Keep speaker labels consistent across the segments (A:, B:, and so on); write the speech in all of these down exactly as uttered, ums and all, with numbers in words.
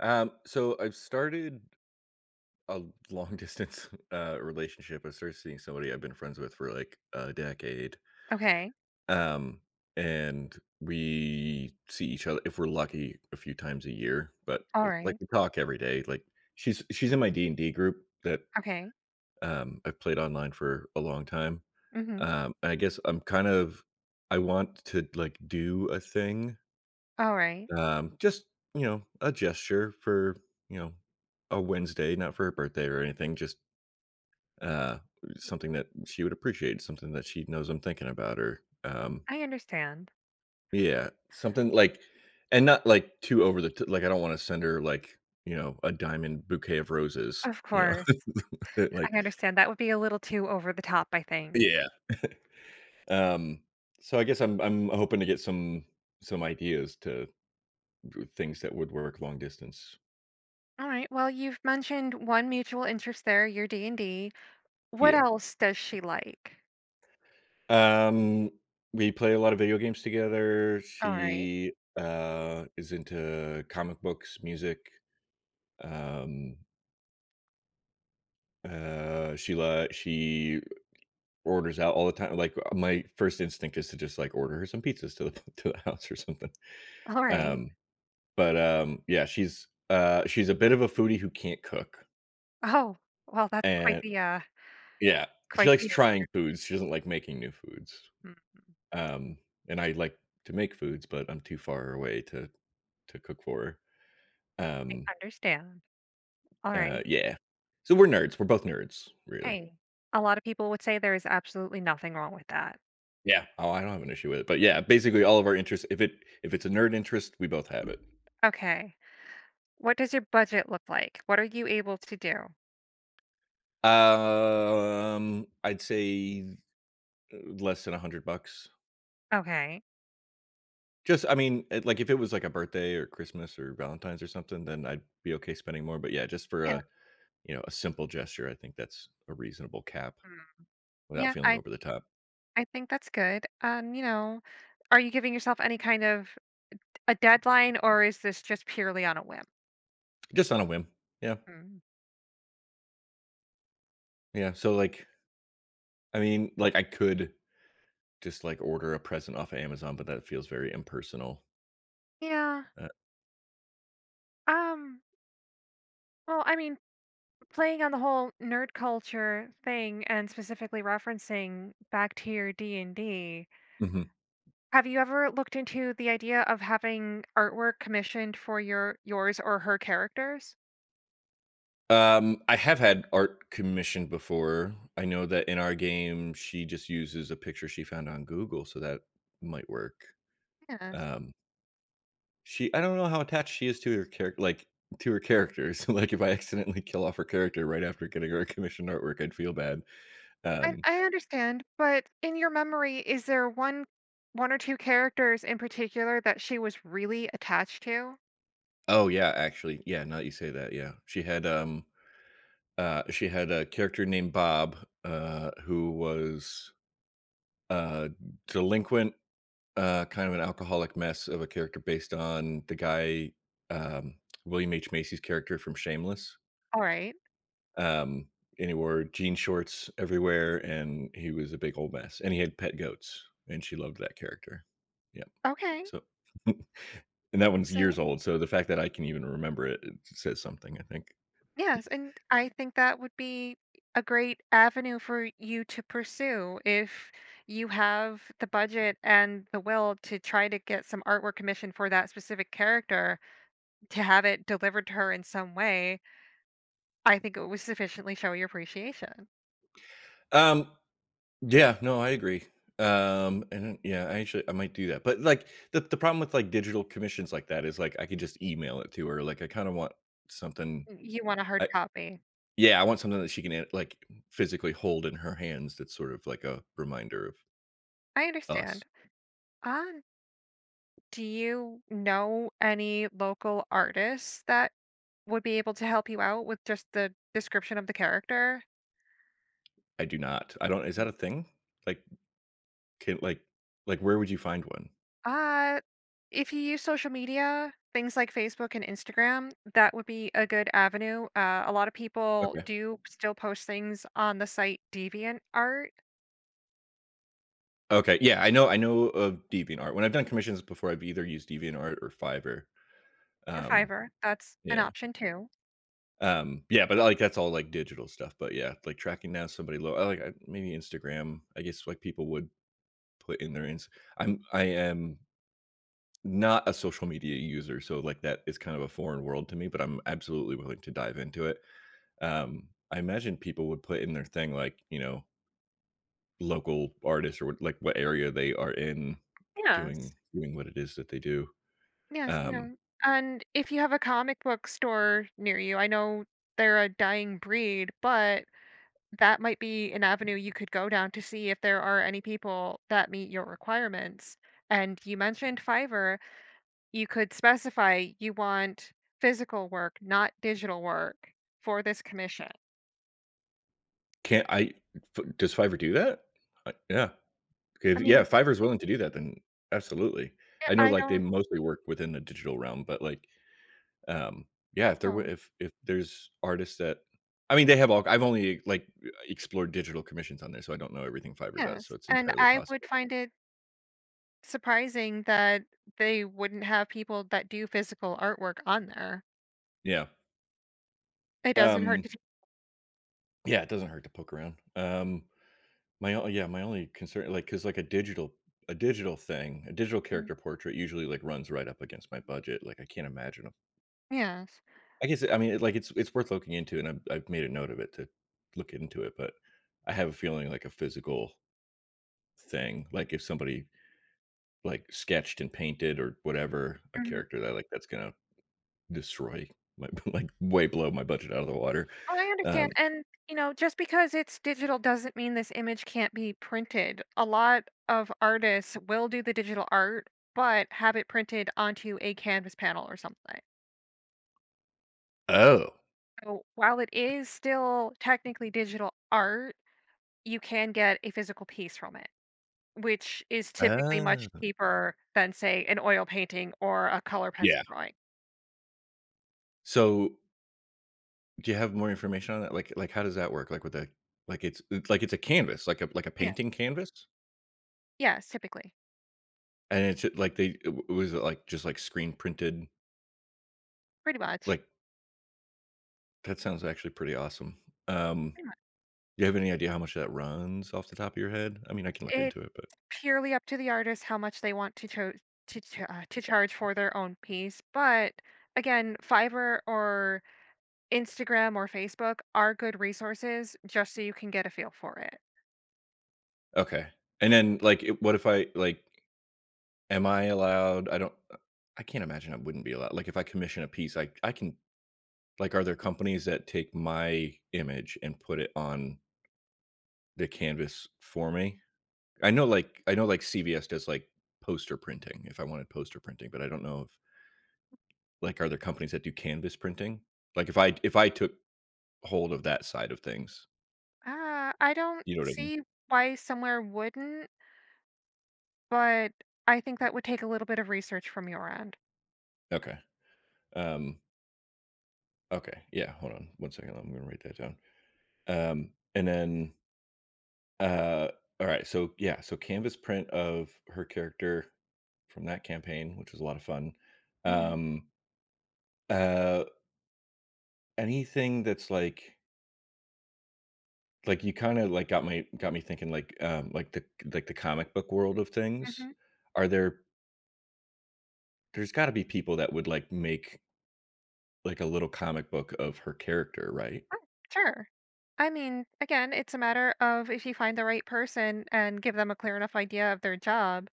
A: Um, so I've started a long distance uh relationship. I started seeing somebody I've been friends with for like a decade.
B: Okay.
A: Um, and we see each other if we're lucky a few times a year, but
B: All
A: uh, like
B: right.
A: we talk every day. Like she's she's in my D and D group that
B: Okay.
A: um I've played online for a long time.
B: Mhm.
A: Um, and I guess I'm kind of I want to like do a thing.
B: All right.
A: Um, just, you know, a gesture for, you know, a Wednesday, not for her birthday or anything, just, uh, something that she would appreciate, something that she knows I'm thinking about her. Um,
B: I understand.
A: yeah, Something like, and not, like, too over the t like, I don't wanna send her, like, you know, a diamond bouquet of roses,
B: Of
A: you
B: course.
A: know? Like
B: I understand that would be a little too over the top, I think.
A: yeah. Um, so I guess I'm I'm hoping to get some some ideas to things that would work long distance.
B: All right. Well, you've mentioned one mutual interest there, your D and D. What
A: Yeah.
B: else does she like?
A: Um, we play a lot of video games together.
B: All right.
A: She, uh, is into comic books, music. Um, uh, she li she orders out all the time. Like, my first instinct is to just, like, order her some pizzas to the to the house or something.
B: All right.
A: Um, but, um, yeah, she's, uh, she's a bit of a foodie who can't cook,
B: Oh, well, that's quite
A: and
B: the uh
A: yeah, she
B: quite
A: likes
B: the
A: trying foods. She doesn't like making new foods.
B: Mhm.
A: Um, and I like to make foods, but I'm too far away to to cook for her.
B: I
A: Um,
B: understand. All
A: uh,
B: right.
A: yeah. So we're nerds. We're both nerds, really.
B: Hey, a lot of people would say there is absolutely nothing wrong with that.
A: Yeah. Oh, I don't have an issue with it. But yeah, basically all of our interests, if it if it's a nerd interest, we both have it.
B: Okay. What does your budget look like? What are you able to do?
A: Um, I'd say uh, less than a hundred bucks.
B: Okay.
A: Just, I mean, it- like if it was like a birthday or Christmas or Valentine's or something, then I'd be okay spending more. But yeah, just for
B: Yeah.
A: a you know a simple gesture, I think that's a reasonable cap without
B: Yeah,
A: feeling
B: I
A: over the top.
B: I think that's good. Um, you know, are you giving yourself any kind of a deadline or is this just purely on a whim?
A: Just on a whim. Yeah,
B: Mm.
A: yeah. So like, I mean, like I could just, like, order a present off of Amazon, but that feels very impersonal.
B: Yeah.
A: Uh,
B: Um, well, I mean, playing on the whole nerd culture thing and specifically referencing back to your D and D,
A: mhm.
B: have you ever looked into the idea of having artwork commissioned for your yours or her characters?
A: Um, I have had art commissioned before. I know that in our game, she just uses a picture she found on Google, so that might work.
B: Yes.
A: Um, she, I don't know how attached she is to her character, like, to her characters. Like, if I accidentally kill off her character right after getting her commissioned artwork, I'd feel bad.
B: I
A: Um
B: I understand, but in your memory, is there one one or two characters in particular that she was really attached to?
A: oh, yeah, actually, yeah, now that you say that, yeah. She had, um, uh, she had a character named Bob, uh, who was, uh, delinquent, uh, kind of an alcoholic mess of a character based on the guy, um, William H. Macy's character from Shameless.
B: All right.
A: Um, and he wore jean shorts everywhere, and he was a big old mess. And he had pet goats, and she loved that character. Yeah.
B: Okay.
A: So, and that one's
B: So,
A: years old. So the fact that I can even remember it, it says something, I think.
B: yes, and I think that would be a great avenue for you to pursue if you have the budget and the will to try to get some artwork commissioned for that specific character to have it delivered to her in some way. I think it would sufficiently show your appreciation.
A: Um, Yeah, no, I agree. Um, and yeah, I actually I might do that. But like the the problem with like digital commissions like that is like I could just email it to her. Like I kind of want something.
B: You want a hard
A: I
B: copy.
A: Yeah, I want something that she can, uh, like physically hold in her hands. That's sort of like a reminder of
B: I understand.
A: us.
B: Ah. Do you know any local artists that would be able to help you out with just the description of the character?
A: I do not. I don't. Is that a thing? Like can like like where would you find one?
B: Uh, if you use social media, things like Facebook and Instagram, that would be a good avenue. Uh, a lot of people
A: Okay.
B: do still post things on the site DeviantArt
A: Okay. Yeah, I know. I know of DeviantArt. When I've done commissions before, I've either used DeviantArt or Fiverr.
B: or
A: Um,
B: Fiverr. That's an
A: yeah.
B: option too.
A: Um, yeah, but, like, that's all, like, digital stuff, but, yeah, like, tracking down somebody low I like, I maybe Instagram, I guess, like, people would put in their ins I'm I am not a social media user, so, like, that is kind of a foreign world to me, but I'm absolutely willing to dive into it. Um, I imagine people would put in their thing, like, you know, local artists or what like, what area they are in
B: Yes.
A: doing doing what it is that they do.
B: Yes, you
A: Um,
B: know. And if you have a comic book store near you, I know they're a dying breed, but that might be an avenue you could go down to see if there are any people that meet your requirements. And you mentioned Fiverr, you could specify you want physical work, not digital work for this commission.
A: can't I f does Fiverr do that? I yeah. Okay, if
B: I
A: yeah,
B: mean,
A: if Fiverr's willing to do that, then absolutely.
B: yeah,
A: I know,
B: I
A: like, they
B: don't
A: mostly work within the digital realm, but, like, um, yeah, if there were
B: know.
A: if if there's artists that I mean, they have all I've only, like, e explored digital commissions on there, so I don't know everything Fiverr does, so
B: Yes.
A: it's
B: And
A: entirely
B: I would
A: possible.
B: find it surprising that they wouldn't have people that do physical artwork on there.
A: Yeah.
B: It doesn't hurt
A: Um,
B: to.
A: yeah, it doesn't hurt to poke around. Um, my o Yeah, my only concern like, because like, a digital a digital thing, a digital character portrait usually, like, runs right up against my budget, like, I can't imagine
B: Yes.
A: I guess I mean, it, like, it's it's worth looking into, and I've I've made a note of it to look into it, but I have a feeling like a physical thing, like, if somebody, like, sketched and painted or whatever a
B: Mm-hmm.
A: character that, like, that's gonna destroy my like, way blow my budget out of the water.
B: Oh, I
A: Um
B: understand, and, you know, just because it's digital doesn't mean this image can't be printed. A lot of artists will do the digital art, but have it printed onto a canvas panel or something.
A: Oh,
B: So, while it is still technically digital art, you can get a physical piece from it, which is typically much
A: oh,
B: cheaper than, say, an oil painting or a color
A: yeah.
B: pencil drawing.
A: So, do you have more information on that? Like like, how does that work? Like, with a like, it's it's like, it's a canvas, like a like a
B: Yeah.
A: painting canvas?
B: Yes, typically.
A: And it's, like, they w was it, like, just, like, screen printed,
B: Pretty much.
A: like, that sounds actually pretty awesome. Um,
B: Pretty
A: do you have any idea how much that runs off the top of your head? I mean, I can look
B: much.
A: into it, but
B: Purely up to the artist how much they want to cho- to ch- uh, to charge for their own piece. But again, Fiverr or Instagram or Facebook are good resources just so you can get a feel for it.
A: okay. And then, like, it, what if I like? Am I allowed? I don't. uh, I can't imagine I wouldn't be allowed. Like, if I commission a piece, I I can. Like, are there companies that take my image and put it on the canvas for me? I know, like, I know, like C V S does like poster printing. If I wanted poster printing, but I don't know if like are there companies that do canvas printing? Like, if I if I took hold of that side of things,
B: Uh, I don't
A: you know what I mean?
B: see why somewhere wouldn't. But I think that would take a little bit of research from your end.
A: Okay. Um, okay, yeah, hold on one second, I'm gonna write that down. Um, and then, uh alright, so yeah, so canvas print of her character from that campaign, which was a lot of fun.
B: Mhm,
A: Um, uh, Anything that's like like, you kinda, like, got my got me thinking, like, um, like the like the comic book world of things.
B: mhm.
A: Are there there's gotta be people that would, like, make, like, a little comic book of her character, right?
B: Sure. I mean, again, it's a matter of if you find the right person and give them a clear enough idea of their job,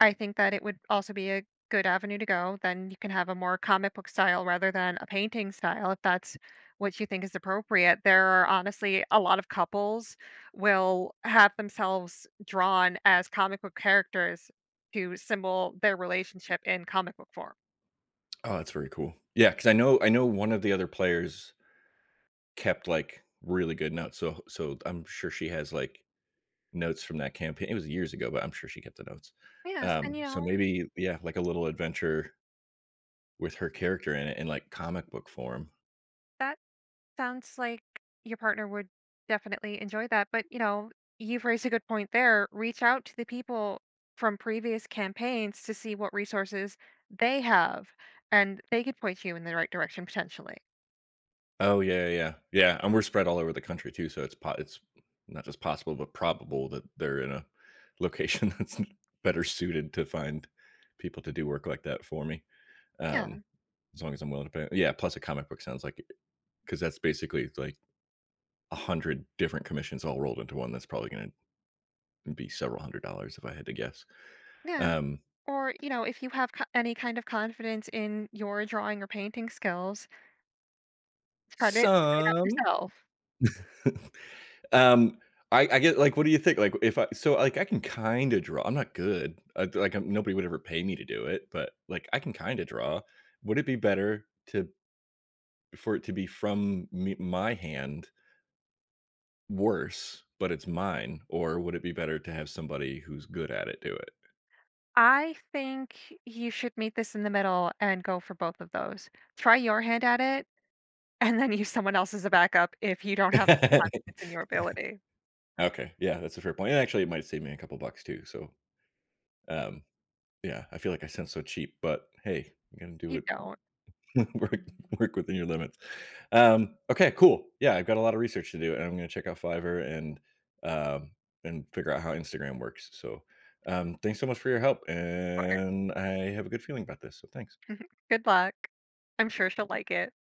B: I think that it would also be a good avenue to go. Then you can have a more comic book style rather than a painting style if that's what you think is appropriate. There are honestly a lot of couples will have themselves drawn as comic book characters to symbol their relationship in comic book form.
A: Oh, that's very cool. Yeah, because I know I know one of the other players kept, like, really good notes, so so I'm sure she has, like, notes from that campaign. It was years ago, but I'm sure she kept the notes.
B: Yes, and
A: Um,
B: you
A: so
B: know,
A: maybe yeah, like a little adventure with her character in it in, like, comic book form.
B: that sounds like your partner would definitely enjoy that. But, you know, you've raised a good point there. Reach out to the people from previous campaigns to see what resources they have, and they could point you in the right direction potentially.
A: Oh, yeah, yeah. Yeah, yeah, and we're spread all over the country too, so it's po it's not just possible, but probable that they're in a location that's better suited to find people to do work like that for me, um,
B: Yeah,
A: as long as I'm willing to pay. Yeah, plus a comic book sounds like because that's basically like a hundred different commissions all rolled into one, that's probably gonna be several hundred dollars if I had to guess.
B: yeah.
A: Um,
B: Or, you know, if you have co- any kind of confidence in your drawing or painting skills, try to try it out
A: some
B: yourself.
A: Um, I I get like, what do you think? Like, if I so like I can kind of draw. I'm not good. I, like, I'm, nobody would ever pay me to do it, but like I can kind of draw. Would it be better to for it to be from me, my hand worse, but it's mine, or would it be better to have somebody who's good at it do
B: I think you should meet this in the middle and go for both of those. Try your hand at it. And then use someone else as a backup if you don't have any
A: it?
B: confidence in your ability.
A: Okay, yeah, that's a fair point. And actually, it might save me a couple bucks too. So, um, yeah, I feel like I sound so cheap, but hey, I'm gonna do
B: You
A: it.
B: don't,
A: Work work within your limits. Um, okay, cool. Yeah, I've got a lot of research to do, and I'm going to check out Fiverr and um, and figure out how Instagram works. So, um, thanks so much for your help,
B: or
A: and I have a good feeling about this. So, thanks.
B: good luck. I'm sure she'll like it.